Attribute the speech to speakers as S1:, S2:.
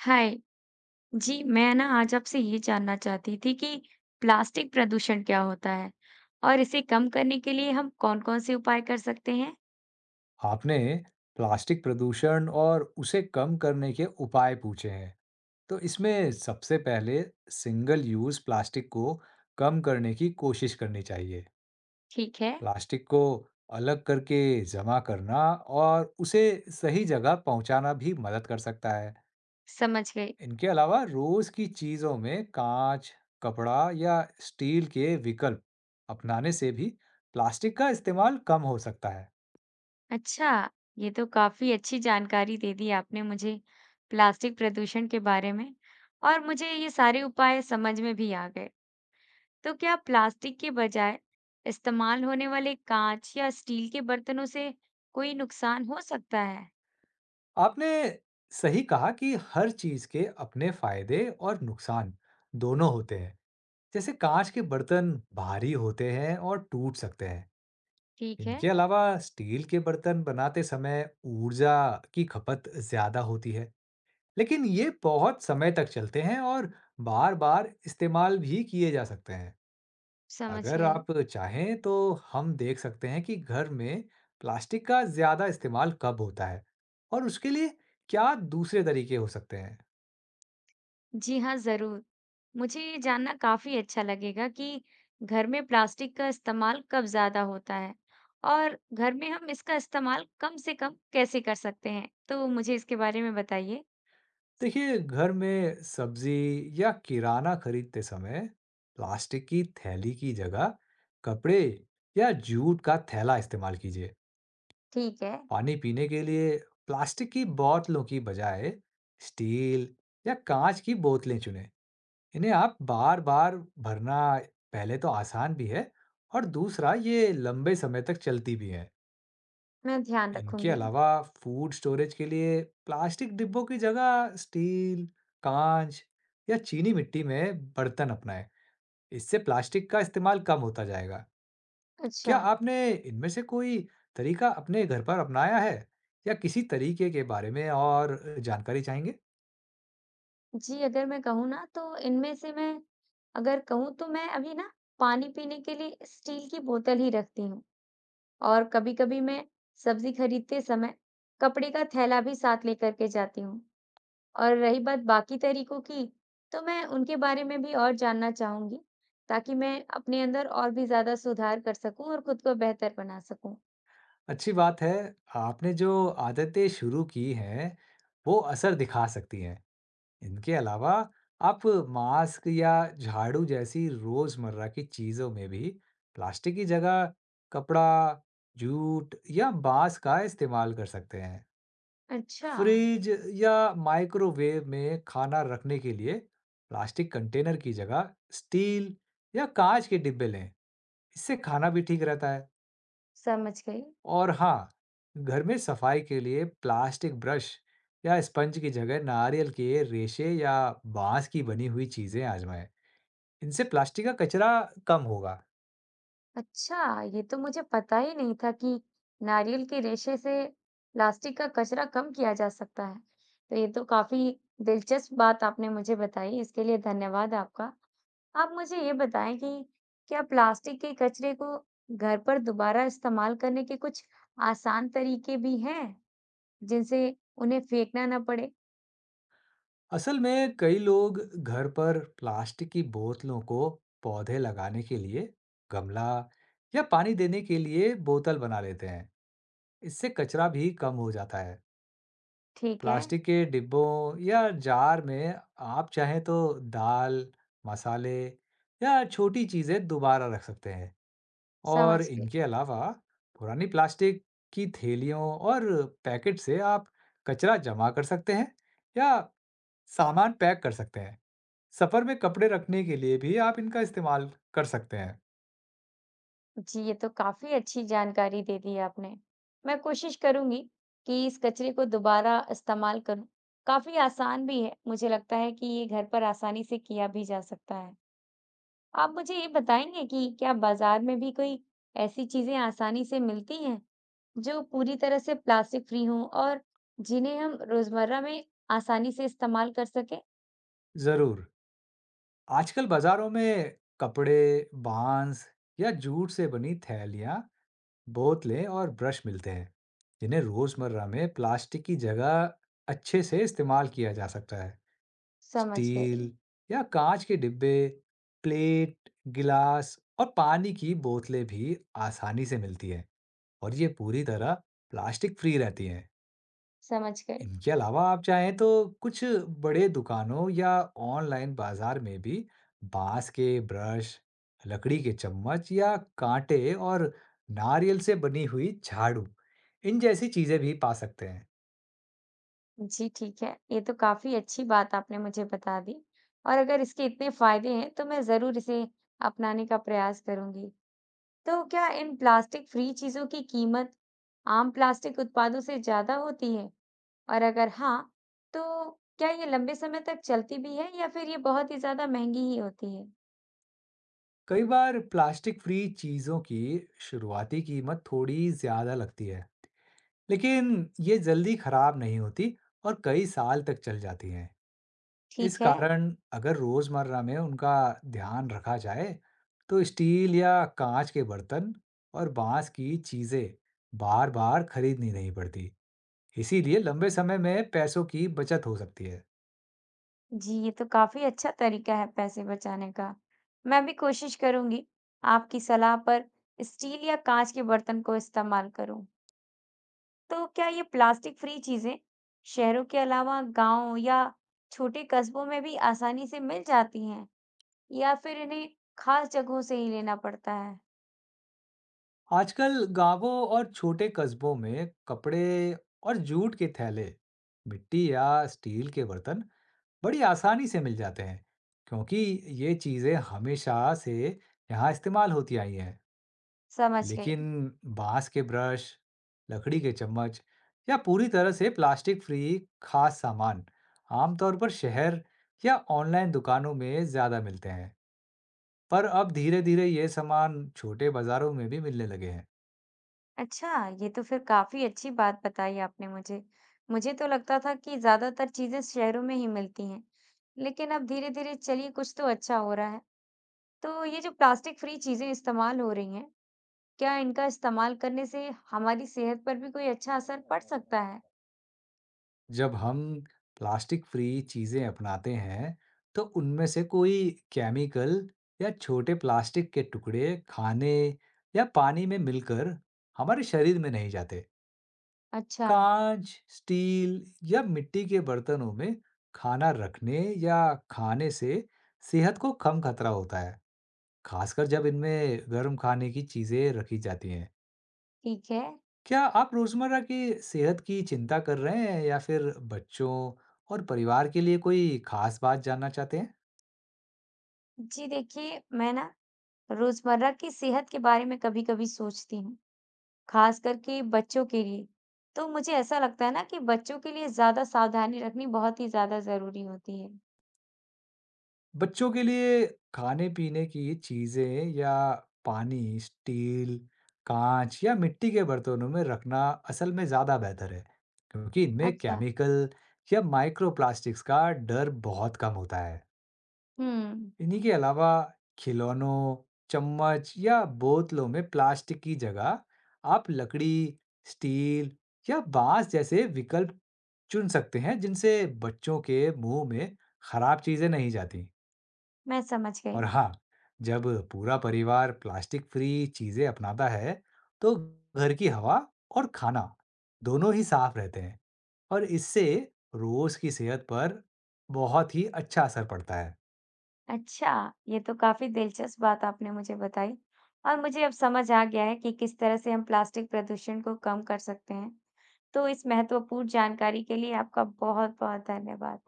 S1: हाय जी, मैं आज आपसे ये जानना चाहती थी कि प्लास्टिक प्रदूषण क्या होता है और इसे कम करने के लिए हम कौन-कौन से उपाय कर सकते हैं?
S2: आपने प्लास्टिक प्रदूषण और उसे कम करने के उपाय पूछे हैं। तो इसमें सबसे पहले सिंगल यूज प्लास्टिक को कम करने की कोशिश करनी चाहिए।
S1: ठीक है।
S2: प्लास्टिक को अलग करके जमा करना और उसे सही जगह पहुंचाना भी मदद कर सकता है।
S1: समझ गई।
S2: इनके अलावा रोज की चीजों में कांच, कपड़ा या स्टील के विकल्प अपनाने से भी प्लास्टिक का इस्तेमाल कम हो सकता है।
S1: अच्छा, ये तो काफी अच्छी जानकारी दे दी आपने मुझे प्लास्टिक प्रदूषण के बारे में, और मुझे ये सारे उपाय समझ में भी आ गए। तो क्या प्लास्टिक के बजाय इस्तेमाल होने वाले कांच या स्टील के बर्तनों से कोई नुकसान हो सकता है?
S2: आपने सही कहा कि हर चीज के अपने फायदे और नुकसान दोनों होते हैं। जैसे कांच के बर्तन भारी होते हैं और टूट सकते हैं।
S1: ठीक है।
S2: इनके अलावा स्टील के बर्तन बनाते समय ऊर्जा की खपत ज्यादा होती है, लेकिन ये बहुत समय तक चलते हैं और बार-बार इस्तेमाल भी किए जा सकते हैं।
S1: समझ
S2: अगर
S1: गई।
S2: आप चाहें तो हम देख सकते हैं कि घर में प्लास्टिक का ज़्यादा इस्तेमाल कब होता है और उसके लिए क्या दूसरे तरीके हो सकते हैं।
S1: जी हाँ, ज़रूर। मुझे ये जानना काफ़ी अच्छा लगेगा कि घर में प्लास्टिक का इस्तेमाल कब ज़्यादा होता है और घर में हम इसका इस्तेमाल कम से कम कैसे कर सकते हैं? तो मुझे इसके बारे में बताइए।
S2: देखिए, घर में सब्जी या किराना खरीदते समय प्लास्टिक की थैली की जगह कपड़े या जूट का थैला इस्तेमाल कीजिए।
S1: ठीक है।
S2: पानी पीने के लिए प्लास्टिक की बोतलों की बजाय स्टील या कांच की बोतलें चुनें। इन्हें आप बार-बार भरना पहले तो आसान भी है, और दूसरा ये लंबे समय तक चलती भी है।
S1: मैं ध्यान
S2: इनके
S1: रखूंगी।
S2: अलावा फूड स्टोरेज के लिए प्लास्टिक डिब्बों की जगह स्टील, कांच या चीनी मिट्टी में बर्तन अपनाएं। इससे प्लास्टिक का इस्तेमाल कम होता जाएगा। क्या
S1: अच्छा।
S2: आपने इनमें से कोई तरीका अपने घर पर अपनाया है, या किसी तरीके के बारे में और जानकारी चाहेंगे?
S1: जी अगर मैं कहूँ ना तो इनमें से मैं अगर कहूँ तो मैं अभी ना पानी पीने के लिए स्टील की बोतल ही रखती हूँ और कभी-कभी मैं सब्जी खरीदते समय कपड़े का थैला भी साथ लेकर के जाती हूँ। और रही बात बाकी तरीकों की, तो मैं उनके बारे में भी और जानना चाहूंगी, ताकि मैं अपने अंदर और भी ज्यादा सुधार कर सकूं और खुद को बेहतर बना सकूं।
S2: अच्छी बात है। आपने जो आदतें शुरू की हैं, वो असर दिखा सकती हैं। इनके अलावा आप मास्क या झाड़ू जैसी रोज़मर्रा की चीज़ों में भी प्लास्टिक की जगह कपड़ा, जूट या बाँस का इस्तेमाल कर सकते हैं।
S1: अच्छा।
S2: फ्रिज या माइक्रोवेव में खाना रखने के लिए प्लास्टिक कंटेनर की जगह स्टील या काँच के डिब्बे लें। इससे खाना भी ठीक रहता है।
S1: समझ गई।
S2: और हाँ, घर में सफाई के लिए प्लास्टिक ब्रश या स्पंज की जगह नारियल के रेशे या बांस की बनी हुई चीजें आजमाएं। इनसे प्लास्टिक का कचरा कम होगा।
S1: अच्छा, ये तो मुझे पता ही नहीं था कि नारियल के रेशे से प्लास्टिक का कचरा कम किया जा सकता है। तो ये तो काफी दिलचस्प बात आपने मुझे बताई, इसके लिए धन्यवाद आपका। आप मुझे ये बताएं कि क्या प्लास्टिक के कचरे को घर पर दोबारा इस्तेमाल करने के कुछ आसान तरीके भी हैं जिनसे उन्हें फेंकना ना पड़े?
S2: असल में कई लोग घर पर प्लास्टिक की बोतलों को पौधे लगाने के लिए गमला या पानी देने के लिए बोतल बना लेते हैं। इससे कचरा भी कम हो जाता है।
S1: ठीक है।
S2: प्लास्टिक के डिब्बों या जार में आप चाहें तो दाल, मसाले या छोटी चीज़ें दोबारा रख सकते हैं। और
S1: समझ गई।
S2: इनके अलावा पुरानी प्लास्टिक की थैलियों और पैकेट से आप कचरा जमा कर सकते हैं या सामान पैक कर सकते हैं। सफ़र में कपड़े रखने के लिए भी आप इनका इस्तेमाल कर सकते हैं।
S1: जी, ये तो काफी अच्छी जानकारी दे दी आपने। मैं कोशिश करूंगी कि इस कचरे को दोबारा इस्तेमाल करूं। काफी आसान भी है। मुझे लगता है कि ये घर पर आसानी से किया भी जा सकता है। आप मुझे ये बताएंगे कि क्या बाजार में भी कोई ऐसी चीजें आसानी से मिलती हैं जो पूरी तरह से प्लास्टिक फ्री हों, और जिन्हें हम रोजमर्रा में आसानी से इस्तेमाल कर सकें?
S2: ज़रूर। आजकल बाज़ारों में कपड़े, बांस या जूट से बनी थैलियाँ, बोतलें और ब्रश मिलते हैं, जिन्हें रोजमर्रा में प्लास्टिक की जगह अच्छे से इस्तेमाल किया जा सकता है।
S1: समझ गई,
S2: स्टील या कांच के डिब्बे, प्लेट, गिलास और पानी की बोतलें भी आसानी से मिलती हैं, और ये पूरी तरह प्लास्टिक फ्री रहती हैं।
S1: समझ गई।
S2: इनके अलावा आप चाहें तो कुछ बड़े दुकानों या ऑनलाइन बाजार में भी बांस के ब्रश, लकड़ी के चम्मच या कांटे और नारियल से बनी हुई झाड़ू, इन जैसी चीजें भी पा सकते हैं।
S1: जी ठीक है, ये तो काफी अच्छी बात आपने मुझे बता दी, और अगर इसके इतने फायदे हैं तो मैं जरूर इसे अपनाने का प्रयास करूंगी। तो क्या इन प्लास्टिक फ्री चीजों की कीमत आम प्लास्टिक उत्पादों से ज्यादा होती है? और अगर हाँ, तो क्या ये लंबे समय तक चलती भी है या फिर ये बहुत ही ज़्यादा महंगी ही होती है?
S2: कई बार प्लास्टिक फ्री चीजों की शुरुआती कीमत थोड़ी ज्यादा लगती है, लेकिन ये जल्दी खराब नहीं होती और कई साल तक चल जाती हैं। इस
S1: ठीक है।
S2: कारण अगर रोजमर्रा में उनका ध्यान रखा जाए, तो स्टील या कांच के बर्तन और बांस की चीजें बार बार खरीदनी नहीं पड़ती। इसीलिए लंबे समय में पैसों की बचत हो सकती है।
S1: जी, ये तो काफ़ी अच्छा तरीका है पैसे बचाने का। मैं भी कोशिश करूँगी आपकी सलाह पर स्टील या काँच के बर्तन को इस्तेमाल करूँ। तो क्या ये प्लास्टिक फ्री चीज़ें शहरों के अलावा गाँव या छोटे कस्बों में भी आसानी से मिल जाती हैं, या फिर इन्हें खास जगहों से ही लेना पड़ता है?
S2: आजकल गांवों और छोटे कस्बों में कपड़े और जूट के थैले, मिट्टी या स्टील के बर्तन बड़ी आसानी से मिल जाते हैं, क्योंकि ये चीजें हमेशा से यहाँ इस्तेमाल होती आई हैं।
S1: समझ
S2: लेकिन
S1: गई।
S2: बांस के ब्रश, लकड़ी के चम्मच या पूरी तरह से प्लास्टिक फ्री खास सामान आमतौर पर शहर या ऑनलाइन दुकानों में ज्यादा मिलते हैं। पर अब धीरे-धीरे ये सामान छोटे बाजारों में भी मिलने लगे हैं।
S1: अच्छा, ये तो फिर काफ़ी अच्छी बात बताई आपने मुझे। मुझे तो लगता था कि ज़्यादातर चीज़ें शहरों में ही मिलती हैं, लेकिन अब धीरे-धीरे चलिए कुछ तो अच्छा हो रहा है। तो ये जो प्लास्टिक फ्री चीज़ें इस्तेमाल हो रही हैं, क्या इनका इस्तेमाल करने से हमारी सेहत पर भी कोई अच्छा असर पड़ सकता है?
S2: जब हम प्लास्टिक फ्री चीजें अपनाते हैं, तो उनमें से कोई केमिकल या छोटे प्लास्टिक के टुकड़े खाने या पानी में मिलकर हमारे शरीर में नहीं जाते।
S1: अच्छा।
S2: कांच, स्टील या मिट्टी के बर्तनों में खाना रखने या खाने से सेहत को कम खतरा होता है, खासकर जब इनमें गर्म खाने की चीजें रखी जाती हैं।
S1: ठीक है।
S2: क्या आप रोजमर्रा की सेहत की चिंता कर रहे हैं, या फिर बच्चों और परिवार के लिए कोई खास बात जानना चाहते हैं?
S1: जी देखिए, मैं रोज़मर्रा की सेहत के बारे में कभी-कभी सोचती हूँ। खास करके बच्चों के लिए। तो मुझे ऐसा लगता है कि बच्चों के लिए ज़्यादा सावधानी रखनी बहुत ही ज़्यादा ज़रूरी होती है।
S2: बच्चों के लिए खाने-पीने की चीज़ें या पानी, स्टील, काँच या मिट्टी के बर्तनों में रखना असल में ज़्यादा बेहतर है, क्योंकि इनमें
S1: अच्छा।
S2: केमिकल या माइक्रोप्लास्टिक्स का डर बहुत कम होता है।
S1: हुँ।
S2: इन्हीं के अलावा खिलौनों, चम्मच या बोतलों में प्लास्टिक की जगह आप लकड़ी, स्टील या बाँस जैसे विकल्प चुन सकते हैं, जिनसे बच्चों के मुंह में खराब चीज़ें नहीं जाती।
S1: मैं समझ
S2: और
S1: गई।
S2: हाँ, जब पूरा परिवार प्लास्टिक फ्री चीजें अपनाता है, तो घर की हवा और खाना दोनों ही साफ रहते हैं, और इससे रोज की सेहत पर बहुत ही अच्छा असर पड़ता है।
S1: अच्छा, ये तो काफ़ी दिलचस्प बात आपने मुझे बताई, और मुझे अब समझ आ गया है कि किस तरह से हम प्लास्टिक प्रदूषण को कम कर सकते हैं। तो इस महत्वपूर्ण जानकारी के लिए आपका बहुत-बहुत धन्यवाद।